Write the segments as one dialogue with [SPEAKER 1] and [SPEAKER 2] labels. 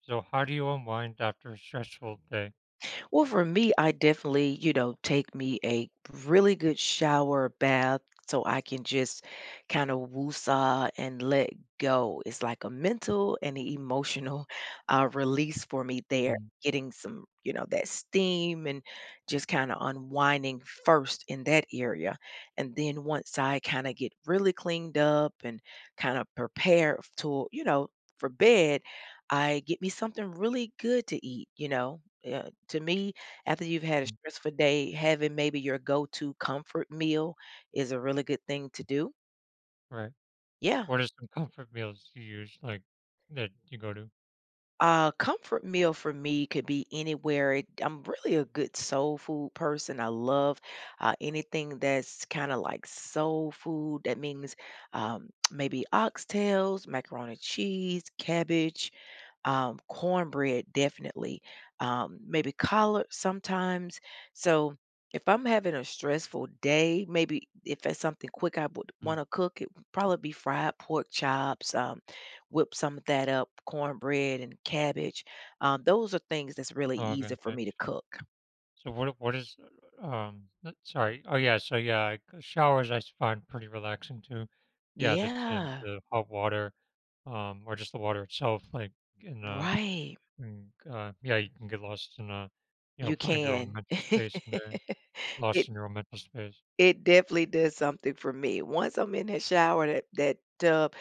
[SPEAKER 1] So how do you unwind after a stressful day?
[SPEAKER 2] Well, for me, I definitely, you know, take me a really good shower, bath, so I can just kind of woosah and let go. It's like a mental and a emotional release for me there,
[SPEAKER 1] Mm,
[SPEAKER 2] getting some, you know, that steam and just kind of unwinding first in that area. And then once I kind of get really cleaned up and kind of prepared to, you know, for bed, I get me something really good to eat, you know, yeah, to me, after you've had a
[SPEAKER 1] mm.
[SPEAKER 2] stressful day, having maybe your go-to comfort meal is a really good thing to do.
[SPEAKER 1] Right.
[SPEAKER 2] Yeah.
[SPEAKER 1] What are some comfort meals you use, like, that you go to?
[SPEAKER 2] Comfort meal for me could be anywhere. I'm really a good soul food person. I love anything that's kind of like soul food. That means maybe oxtails, macaroni and cheese, cabbage, cornbread definitely, maybe collard sometimes. So if I'm having a stressful day, maybe if it's something quick I would
[SPEAKER 1] Mm.
[SPEAKER 2] want to cook, it would probably be fried pork chops, whip some of that up, cornbread and cabbage. Those are things that's really
[SPEAKER 1] Oh, okay,
[SPEAKER 2] easy for me to
[SPEAKER 1] nice.
[SPEAKER 2] cook.
[SPEAKER 1] So what is sorry. Oh yeah, so yeah, showers I find pretty relaxing too. Yeah,
[SPEAKER 2] Yeah,
[SPEAKER 1] the hot water, or just the water itself, like in uh,
[SPEAKER 2] right.
[SPEAKER 1] yeah, you can get lost in
[SPEAKER 2] You
[SPEAKER 1] find your own
[SPEAKER 2] can.
[SPEAKER 1] mental space in there, lost
[SPEAKER 2] it
[SPEAKER 1] in your own mental space.
[SPEAKER 2] It definitely does something for me. Once I'm in that shower, that tub,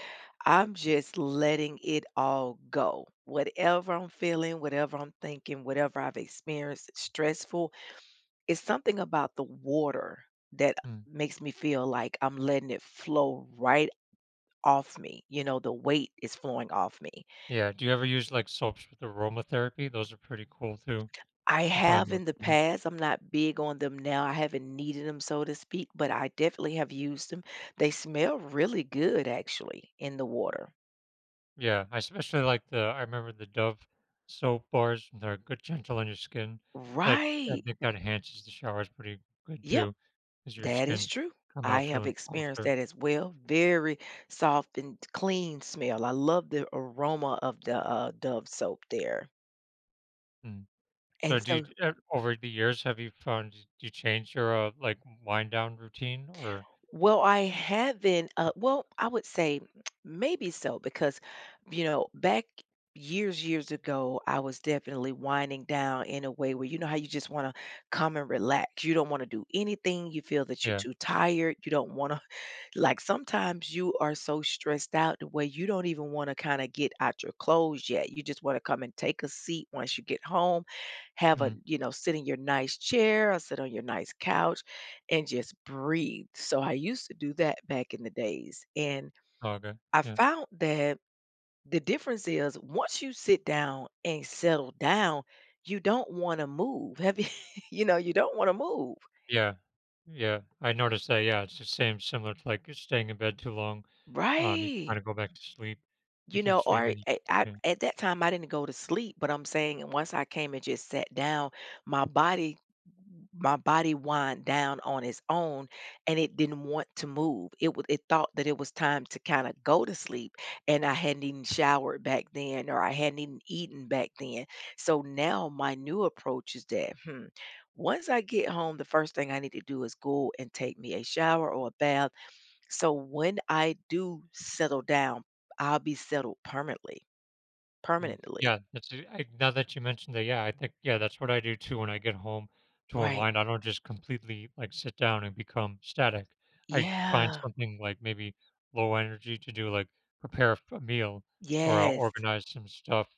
[SPEAKER 2] I'm just letting it all go. Whatever I'm feeling, whatever I'm thinking, whatever I've experienced, stressful, it's something about the water that
[SPEAKER 1] Hmm.
[SPEAKER 2] makes me feel like I'm letting it flow right off me. You know, the weight is flowing off me.
[SPEAKER 1] Yeah, do you ever use, like, soaps with aromatherapy? Those are pretty cool too.
[SPEAKER 2] I
[SPEAKER 1] I find
[SPEAKER 2] have
[SPEAKER 1] those
[SPEAKER 2] in the
[SPEAKER 1] mhm.
[SPEAKER 2] past. I'm not big on them now. I haven't needed them, so to speak, but I definitely have used them. They smell really good actually in the water.
[SPEAKER 1] Yeah, I especially like the I remember the Dove soap bars, they're good, gentle on your skin. That I
[SPEAKER 2] Right.
[SPEAKER 1] think that enhances the showers pretty good
[SPEAKER 2] Yep,
[SPEAKER 1] too, 'cause your
[SPEAKER 2] that is
[SPEAKER 1] skin's
[SPEAKER 2] true.
[SPEAKER 1] come
[SPEAKER 2] I
[SPEAKER 1] out
[SPEAKER 2] have
[SPEAKER 1] feeling
[SPEAKER 2] experienced
[SPEAKER 1] softer.
[SPEAKER 2] that as well. Very soft and clean smell. I love the aroma of the Dove soap there.
[SPEAKER 1] Mm. So
[SPEAKER 2] And
[SPEAKER 1] do you
[SPEAKER 2] so.
[SPEAKER 1] over the years, have you found do you change your, like, wind down routine or
[SPEAKER 2] Well, I haven't, well, I would say maybe so because, you know, back years ago, I was definitely winding down in a way where you know how you just want to come and relax. You don't want to do anything. You feel that you're
[SPEAKER 1] yeah.
[SPEAKER 2] too tired. You don't want to, like sometimes you are so stressed out the way you don't even want to kind of get out your clothes yet. You just want to come and take a seat once you get home, have a,
[SPEAKER 1] Mm.
[SPEAKER 2] you know, sit in your nice chair or sit on your nice couch and just breathe. So I used to do that back in the days. And
[SPEAKER 1] Oh, okay.
[SPEAKER 2] I
[SPEAKER 1] Yeah.
[SPEAKER 2] found that the difference is once you sit down and settle down, you don't want to move. Have you, you know, you don't want to move.
[SPEAKER 1] Yeah. Yeah, I noticed that, yeah, it's the same similar to, like, staying in bed too long. You
[SPEAKER 2] Right.
[SPEAKER 1] kinda go back to sleep. You
[SPEAKER 2] You
[SPEAKER 1] keep
[SPEAKER 2] know, or
[SPEAKER 1] sleeping
[SPEAKER 2] I
[SPEAKER 1] and
[SPEAKER 2] at that time, I didn't go to sleep, but I'm saying, and once I came and just sat down, my body my body wind down on its own, and it didn't want to move. It was, it thought that it was time to kind of go to sleep, and I hadn't even showered back then, or I hadn't even eaten back then. So now my new approach is that, hmm, once I get home, the first thing I need to do is go and take me a shower or a bath, so when I do settle down, I'll be settled permanently.
[SPEAKER 1] mm,
[SPEAKER 2] Permanently.
[SPEAKER 1] yeah, that's it I now that you mentioned that, yeah, I think yeah, that's what I do too when I get home to
[SPEAKER 2] Right.
[SPEAKER 1] unwind. I don't just completely, like, sit down and become static. I find
[SPEAKER 2] Yeah.
[SPEAKER 1] something, like, maybe low energy to do, like, prepare f a meal or I'll
[SPEAKER 2] Yes.
[SPEAKER 1] organize some stuff.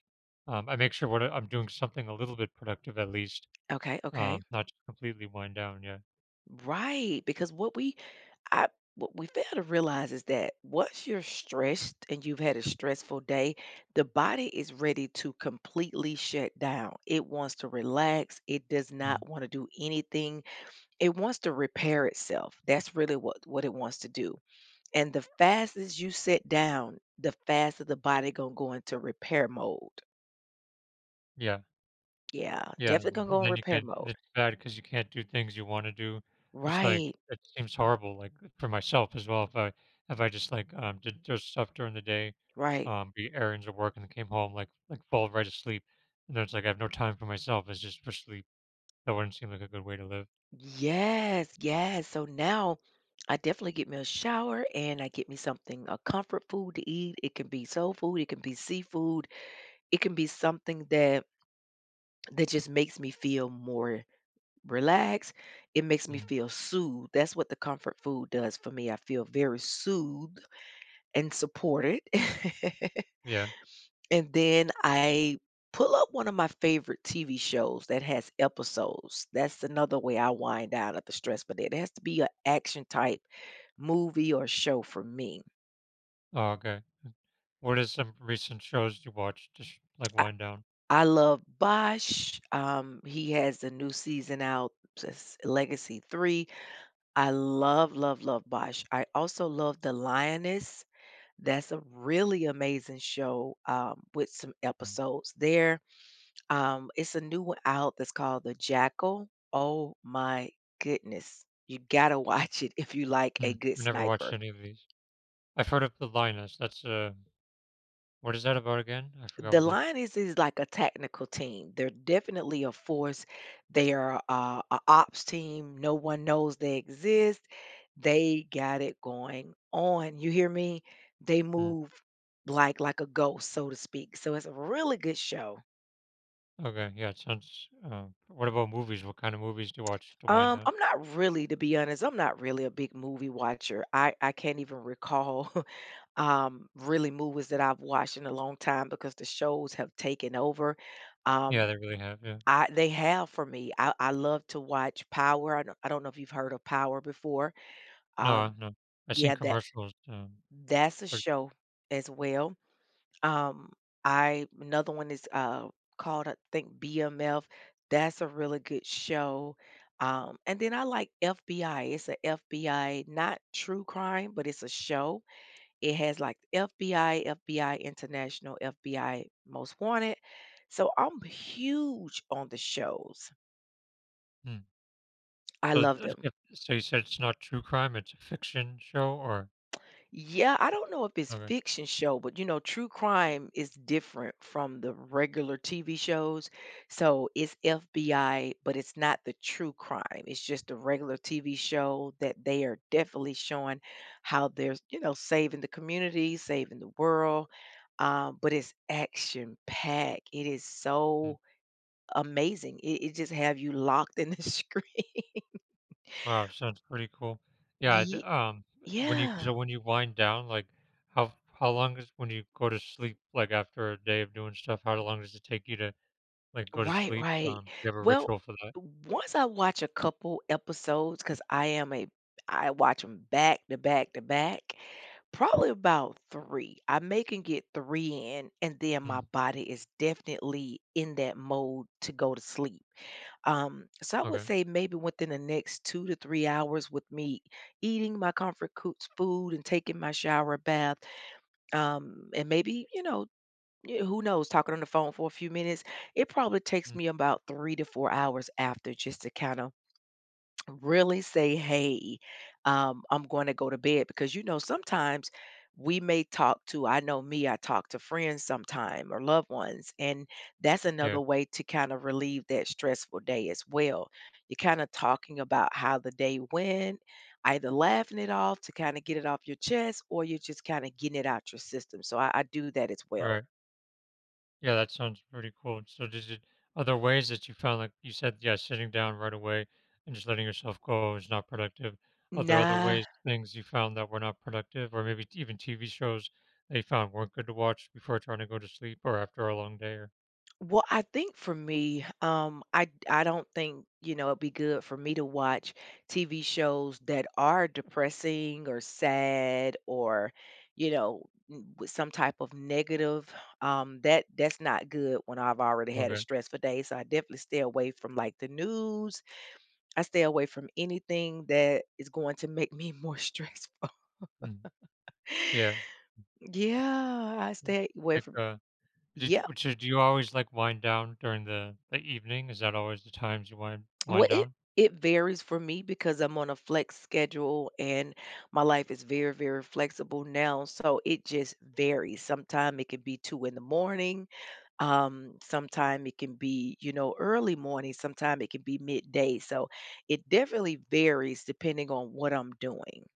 [SPEAKER 1] I make sure what I'm doing something a little bit productive at least,
[SPEAKER 2] Okay, okay.
[SPEAKER 1] not just completely wind down, yeah.
[SPEAKER 2] Right, because I what we fail to realize is that once you're stressed and you've had a stressful day, the body is ready to completely shut down. It wants to relax. It does
[SPEAKER 1] Mm,
[SPEAKER 2] not want to do anything. It wants to repair itself. That's really what it wants to do. And the fastest you sit down, the faster the body gonna go into repair mode.
[SPEAKER 1] yeah.
[SPEAKER 2] Yeah,
[SPEAKER 1] Yeah,
[SPEAKER 2] definitely gonna
[SPEAKER 1] and
[SPEAKER 2] go in
[SPEAKER 1] then you
[SPEAKER 2] repair
[SPEAKER 1] can
[SPEAKER 2] mode.
[SPEAKER 1] it's bad because you can't do things you wanna do. It's like,
[SPEAKER 2] Right,
[SPEAKER 1] it seems horrible, like, for myself as well, if I just, like, did just stuff during the day,
[SPEAKER 2] right.
[SPEAKER 1] be errands or work and then came home, like, fall right asleep, and then it's like I have no time for myself, it's just for sleep. That wouldn't seem like a good way to live.
[SPEAKER 2] Yes, yes. So now I definitely get me a shower and I get me something, a comfort food to eat. It can be soul food, it can be seafood, it can be something that just makes me feel more relaxed. It makes me
[SPEAKER 1] Mm,
[SPEAKER 2] feel soothed. That's what the comfort food does for me. I feel very soothed and supported.
[SPEAKER 1] yeah.
[SPEAKER 2] And then I pull up one of my favorite TV shows that has episodes. That's another way I wind down at the stress, but it has to be an action type movie or show for me.
[SPEAKER 1] Oh, okay. What are some recent shows you watched to sh like,
[SPEAKER 2] I,
[SPEAKER 1] wind down?
[SPEAKER 2] I love Bosch. He has a new season out, just Legacy 3. I love, love, love Bosch. I also love The Lioness. That's a really amazing show with some
[SPEAKER 1] Mm,
[SPEAKER 2] episodes there. It's a new one out that's called The Jackal. Oh my goodness. You gotta watch it if you like a
[SPEAKER 1] mm,
[SPEAKER 2] good
[SPEAKER 1] I never watched
[SPEAKER 2] sniper.
[SPEAKER 1] any of these. I've heard of The Lioness, that's, what is that about again? I forgot
[SPEAKER 2] The
[SPEAKER 1] what that
[SPEAKER 2] Lions is like a technical team. They're definitely a force. They are a ops team. No one knows they exist. They got it going on. You hear me? They
[SPEAKER 1] mm.
[SPEAKER 2] move like a ghost, so to speak. So it's a really good show.
[SPEAKER 1] Okay, yeah, it sounds. What about movies? What kind of movies do you watch to wind down?
[SPEAKER 2] I'm not really, to be honest, I'm not really a big movie watcher. I can't even recall really movies that I've watched in a long time because the shows have taken over.
[SPEAKER 1] Yeah,
[SPEAKER 2] Um,
[SPEAKER 1] they really have. Yeah,
[SPEAKER 2] I they have for me. I love to watch Power. I don't know if you've heard of Power before.
[SPEAKER 1] no,
[SPEAKER 2] Um,
[SPEAKER 1] no, I've seen
[SPEAKER 2] yeah,
[SPEAKER 1] commercials.
[SPEAKER 2] that's a
[SPEAKER 1] But
[SPEAKER 2] show as well. Um, I another one is called, I think, BMF. That's a really good show. And then I like FBI. It's a FBI, not true crime, but it's a show. It has like FBI, FBI International, FBI Most Wanted. So I'm huge on the shows.
[SPEAKER 1] hmm.
[SPEAKER 2] I
[SPEAKER 1] So,
[SPEAKER 2] love them.
[SPEAKER 1] it's so you said it's not true crime; it's a fiction show, or
[SPEAKER 2] Yeah, I don't know if it's
[SPEAKER 1] okay.
[SPEAKER 2] fiction show, but you know, true crime is different from the regular TV shows. So it's FBI, but it's not the true crime. It's just a regular TV show that they are definitely showing how they're, you know, saving the community, saving the world. But it's action packed. It is
[SPEAKER 1] Hmm.
[SPEAKER 2] so amazing. It just have you locked in the screen.
[SPEAKER 1] Wow, sounds pretty cool. Yeah.
[SPEAKER 2] Ye-
[SPEAKER 1] When you
[SPEAKER 2] yeah.
[SPEAKER 1] so when you wind down, like how how long is when you go to sleep? Like after a day of doing stuff, how long does it take you to like go to
[SPEAKER 2] Right,
[SPEAKER 1] sleep?
[SPEAKER 2] right.
[SPEAKER 1] Do you have a
[SPEAKER 2] Well,
[SPEAKER 1] ritual for that?
[SPEAKER 2] once I watch a couple episodes, because I am a I watch them back to back to back, probably about three. I may can get three in, and then my
[SPEAKER 1] Mm.
[SPEAKER 2] body is definitely in that mode to go to sleep. So I would
[SPEAKER 1] Okay.
[SPEAKER 2] say maybe within the next 2 to 3 hours with me eating my comfort food and taking my shower bath, and maybe, you know, yeah, who knows, talking on the phone for a few minutes, it probably takes
[SPEAKER 1] Mm.
[SPEAKER 2] me about 3 to 4 hours after just to kind of really say, hey, I'm going to go to bed. Because, you know, sometimes we may talk to, I know me, I talk to friends sometime or loved ones. And that's
[SPEAKER 1] Yeah.
[SPEAKER 2] another way to kind of relieve that stressful day as well. You're kind of talking about how the day went, either laughing it off to kind of get it off your chest, or you're just kind of getting it out your system. So I do that as well.
[SPEAKER 1] Right. Yeah, that sounds pretty cool. So, does it other ways that you found, like you said, yeah, sitting down right away and just letting yourself go is not productive. Are there other
[SPEAKER 2] Nah.
[SPEAKER 1] ways, things you found that were not productive, or maybe even TV shows that you found weren't good to watch before trying to go to sleep or after a long day? Or
[SPEAKER 2] Well, I think for me, I don't think, you know, it'd be good for me to watch TV shows that are depressing or sad or, you know, with some type of negative. That's not good when I've already had a
[SPEAKER 1] okay,
[SPEAKER 2] stressful day. So I definitely stay away from, like, the news. I stay away from anything that is going to make me more stressful.
[SPEAKER 1] mm, yeah.
[SPEAKER 2] Yeah, I
[SPEAKER 1] Mm.
[SPEAKER 2] stay away
[SPEAKER 1] Like
[SPEAKER 2] from.
[SPEAKER 1] did
[SPEAKER 2] Yeah.
[SPEAKER 1] you- so do you always like wind down during the evening? Is that always the times you wind
[SPEAKER 2] Well,
[SPEAKER 1] down?
[SPEAKER 2] it varies for me because I'm on a flex schedule, and my life is very, very flexible now. So it just varies. Sometime it can be two in the morning. Sometime it can be, you know, early morning. Sometime it can be midday. So it definitely varies depending on what I'm doing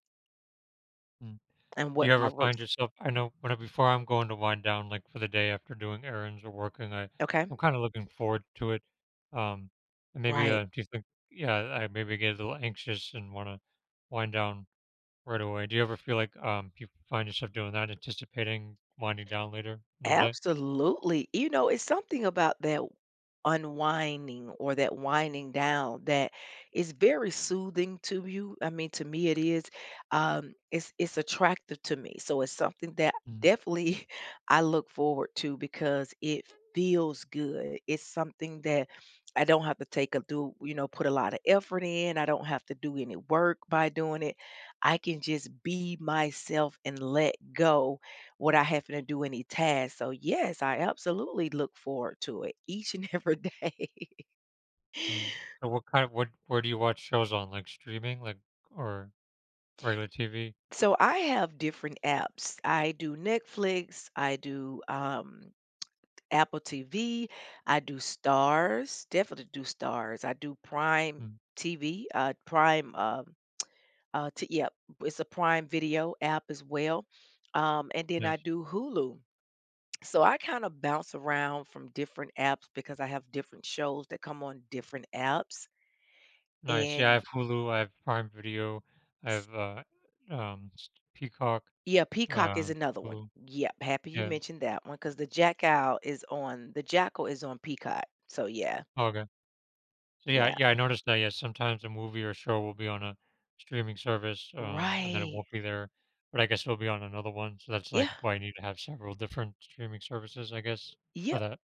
[SPEAKER 2] and
[SPEAKER 1] Do you
[SPEAKER 2] what
[SPEAKER 1] ever
[SPEAKER 2] my works.
[SPEAKER 1] find yourself I know when I before I'm going to wind down, like, for the day after doing errands or working,
[SPEAKER 2] Okay.
[SPEAKER 1] I'm kinda looking forward to it, um, and maybe,
[SPEAKER 2] Right.
[SPEAKER 1] do you think yeah, I maybe get a little anxious and wanna wind down right away. Do you ever feel like, you find yourself doing that, anticipating winding down later in the day?
[SPEAKER 2] Absolutely. You know, it's something about that unwinding or that winding down that is very soothing to you. I mean, to me it is. It's attractive to me. So it's something that
[SPEAKER 1] Mm,
[SPEAKER 2] definitely I look forward to because it feels good. It's something that I don't have to take a do, you know, put a lot of effort in. I don't have to do any work by doing it. I can just be myself and let go what I having to do any tasks. So yes, I absolutely look forward to it each and every day.
[SPEAKER 1] mm. So what kind of what where do you watch shows on, like, streaming, like, or regular TV?
[SPEAKER 2] So I have different apps. I do Netflix, I do Apple TV, I do Stars, definitely do Stars. I do Prime
[SPEAKER 1] Mm,
[SPEAKER 2] TV, Prime yep, it's a Prime Video app as well. And then
[SPEAKER 1] yeah.
[SPEAKER 2] I do Hulu. So I kind of bounce around from different apps because I have different shows that come on different apps.
[SPEAKER 1] Nice. Yeah, I
[SPEAKER 2] And
[SPEAKER 1] have Hulu, I have Prime Video, I
[SPEAKER 2] s-
[SPEAKER 1] have, s Peacock,
[SPEAKER 2] yeah, Peacock
[SPEAKER 1] uh,
[SPEAKER 2] is another one.
[SPEAKER 1] Hulu.
[SPEAKER 2] Yep, happy you
[SPEAKER 1] Yeah.
[SPEAKER 2] mentioned that one because the Jackal is on Peacock. So yeah,
[SPEAKER 1] Okay. So, yeah
[SPEAKER 2] yeah,
[SPEAKER 1] yeah, I noticed that, yeah, sometimes a movie or show will be on a streaming service, and then it
[SPEAKER 2] right,
[SPEAKER 1] won't be there, but I guess it'll be on another one, so that's, like,
[SPEAKER 2] yeah,
[SPEAKER 1] why you need to have several different streaming services, I guess, for
[SPEAKER 2] yeah.
[SPEAKER 1] that.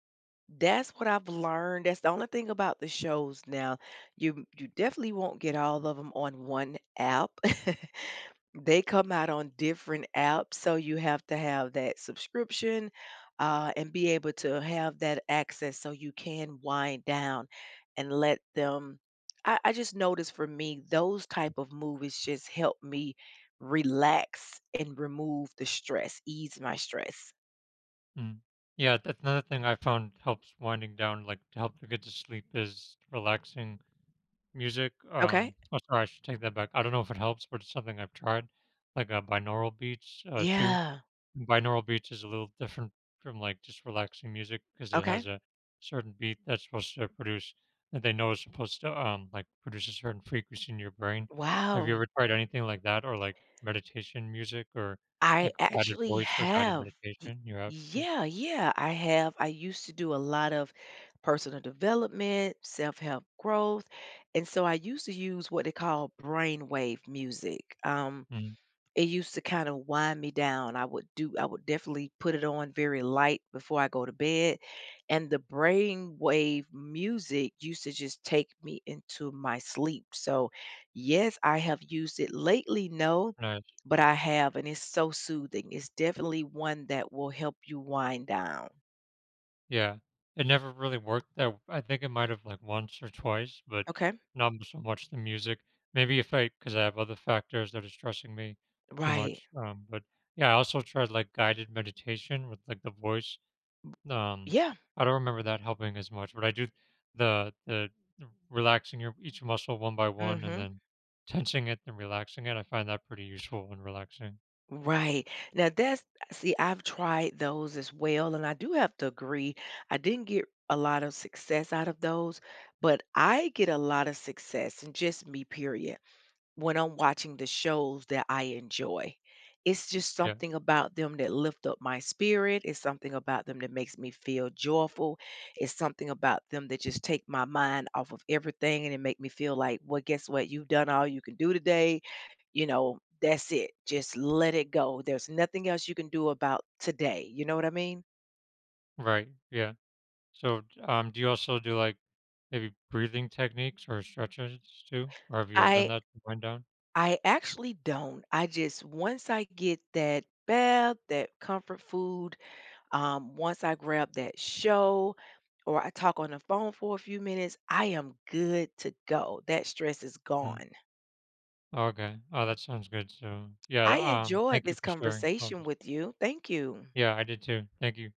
[SPEAKER 2] That's what I've learned. That's the only thing about the shows now. You definitely won't get all of them on one app. They come out on different apps, so you have to have that subscription and be able to have that access so you can wind down and let them. I just noticed for me those type of movies just help me relax and remove the stress, ease my stress.
[SPEAKER 1] Mm. Yeah, that's another thing I found helps winding down, like, to help to get to sleep is relaxing music.
[SPEAKER 2] Okay.
[SPEAKER 1] Oh, sorry, I should take that back. I don't know if it helps, but it's something I've tried, like binaural beats too.
[SPEAKER 2] Yeah.
[SPEAKER 1] And binaural beats is a little different from like just relaxing music because it has
[SPEAKER 2] Okay.
[SPEAKER 1] a certain beat that's supposed to produce that they know is supposed to like produce a certain frequency in your brain. Have you
[SPEAKER 2] Wow.
[SPEAKER 1] ever tried anything like that or like meditation music or
[SPEAKER 2] I
[SPEAKER 1] like guided
[SPEAKER 2] actually
[SPEAKER 1] voice or guided
[SPEAKER 2] have. Y-
[SPEAKER 1] meditation? You have?
[SPEAKER 2] Yeah, yeah, I have. I used to do a lot of personal development, self-help growth, and so I used to use what they call brainwave music.
[SPEAKER 1] Mm-hmm.
[SPEAKER 2] It used to kind of wind me down. I would definitely put it on very light before I go to bed, and the brainwave music used to just take me into my sleep. So, yes, I have used it lately, no,
[SPEAKER 1] Right.
[SPEAKER 2] but I have, and it's so soothing. It's definitely one that will help you wind down.
[SPEAKER 1] Yeah. It never really worked that I think it might have, like, once or twice, but
[SPEAKER 2] Okay.
[SPEAKER 1] not so much the music. Maybe if I, because I have other factors that are stressing me too
[SPEAKER 2] Right.
[SPEAKER 1] much, but, yeah, I also tried, like, guided meditation with, like, the voice, um,
[SPEAKER 2] Yeah.
[SPEAKER 1] I don't remember that helping as much, but I do the relaxing your each muscle one by
[SPEAKER 2] Mm
[SPEAKER 1] one and
[SPEAKER 2] hmm.
[SPEAKER 1] then tensing it and relaxing it, I find that pretty useful and relaxing.
[SPEAKER 2] Right. Now that's, see, I've tried those as well, and I do have to agree, I didn't get a lot of success out of those, but I get a lot of success in just me, period, when I'm watching the shows that I enjoy. It's just
[SPEAKER 1] Yeah.
[SPEAKER 2] something about them that lift up my spirit. It's something about them that makes me feel joyful. It's something about them that just take my mind off of everything, and it make me feel like, well, guess what? You've done all you can do today. You know, that's it. Just let it go. There's nothing else you can do about today. You know what I mean?
[SPEAKER 1] Right. Yeah. So, do you also do like maybe breathing techniques or stretches too? Or have you ever done
[SPEAKER 2] I
[SPEAKER 1] that to wind down?
[SPEAKER 2] I actually don't. I just once I get that bath, that comfort food, um, once I grab that show or I talk on the phone for a few minutes, I am good to go. That stress is
[SPEAKER 1] Mm.
[SPEAKER 2] gone.
[SPEAKER 1] Okay. Oh, that sounds good. So,
[SPEAKER 2] I
[SPEAKER 1] yeah.
[SPEAKER 2] enjoyed
[SPEAKER 1] Thank you
[SPEAKER 2] this
[SPEAKER 1] for sharing all
[SPEAKER 2] conversation
[SPEAKER 1] this.
[SPEAKER 2] with you. Thank you.
[SPEAKER 1] Yeah, I did too. Thank you.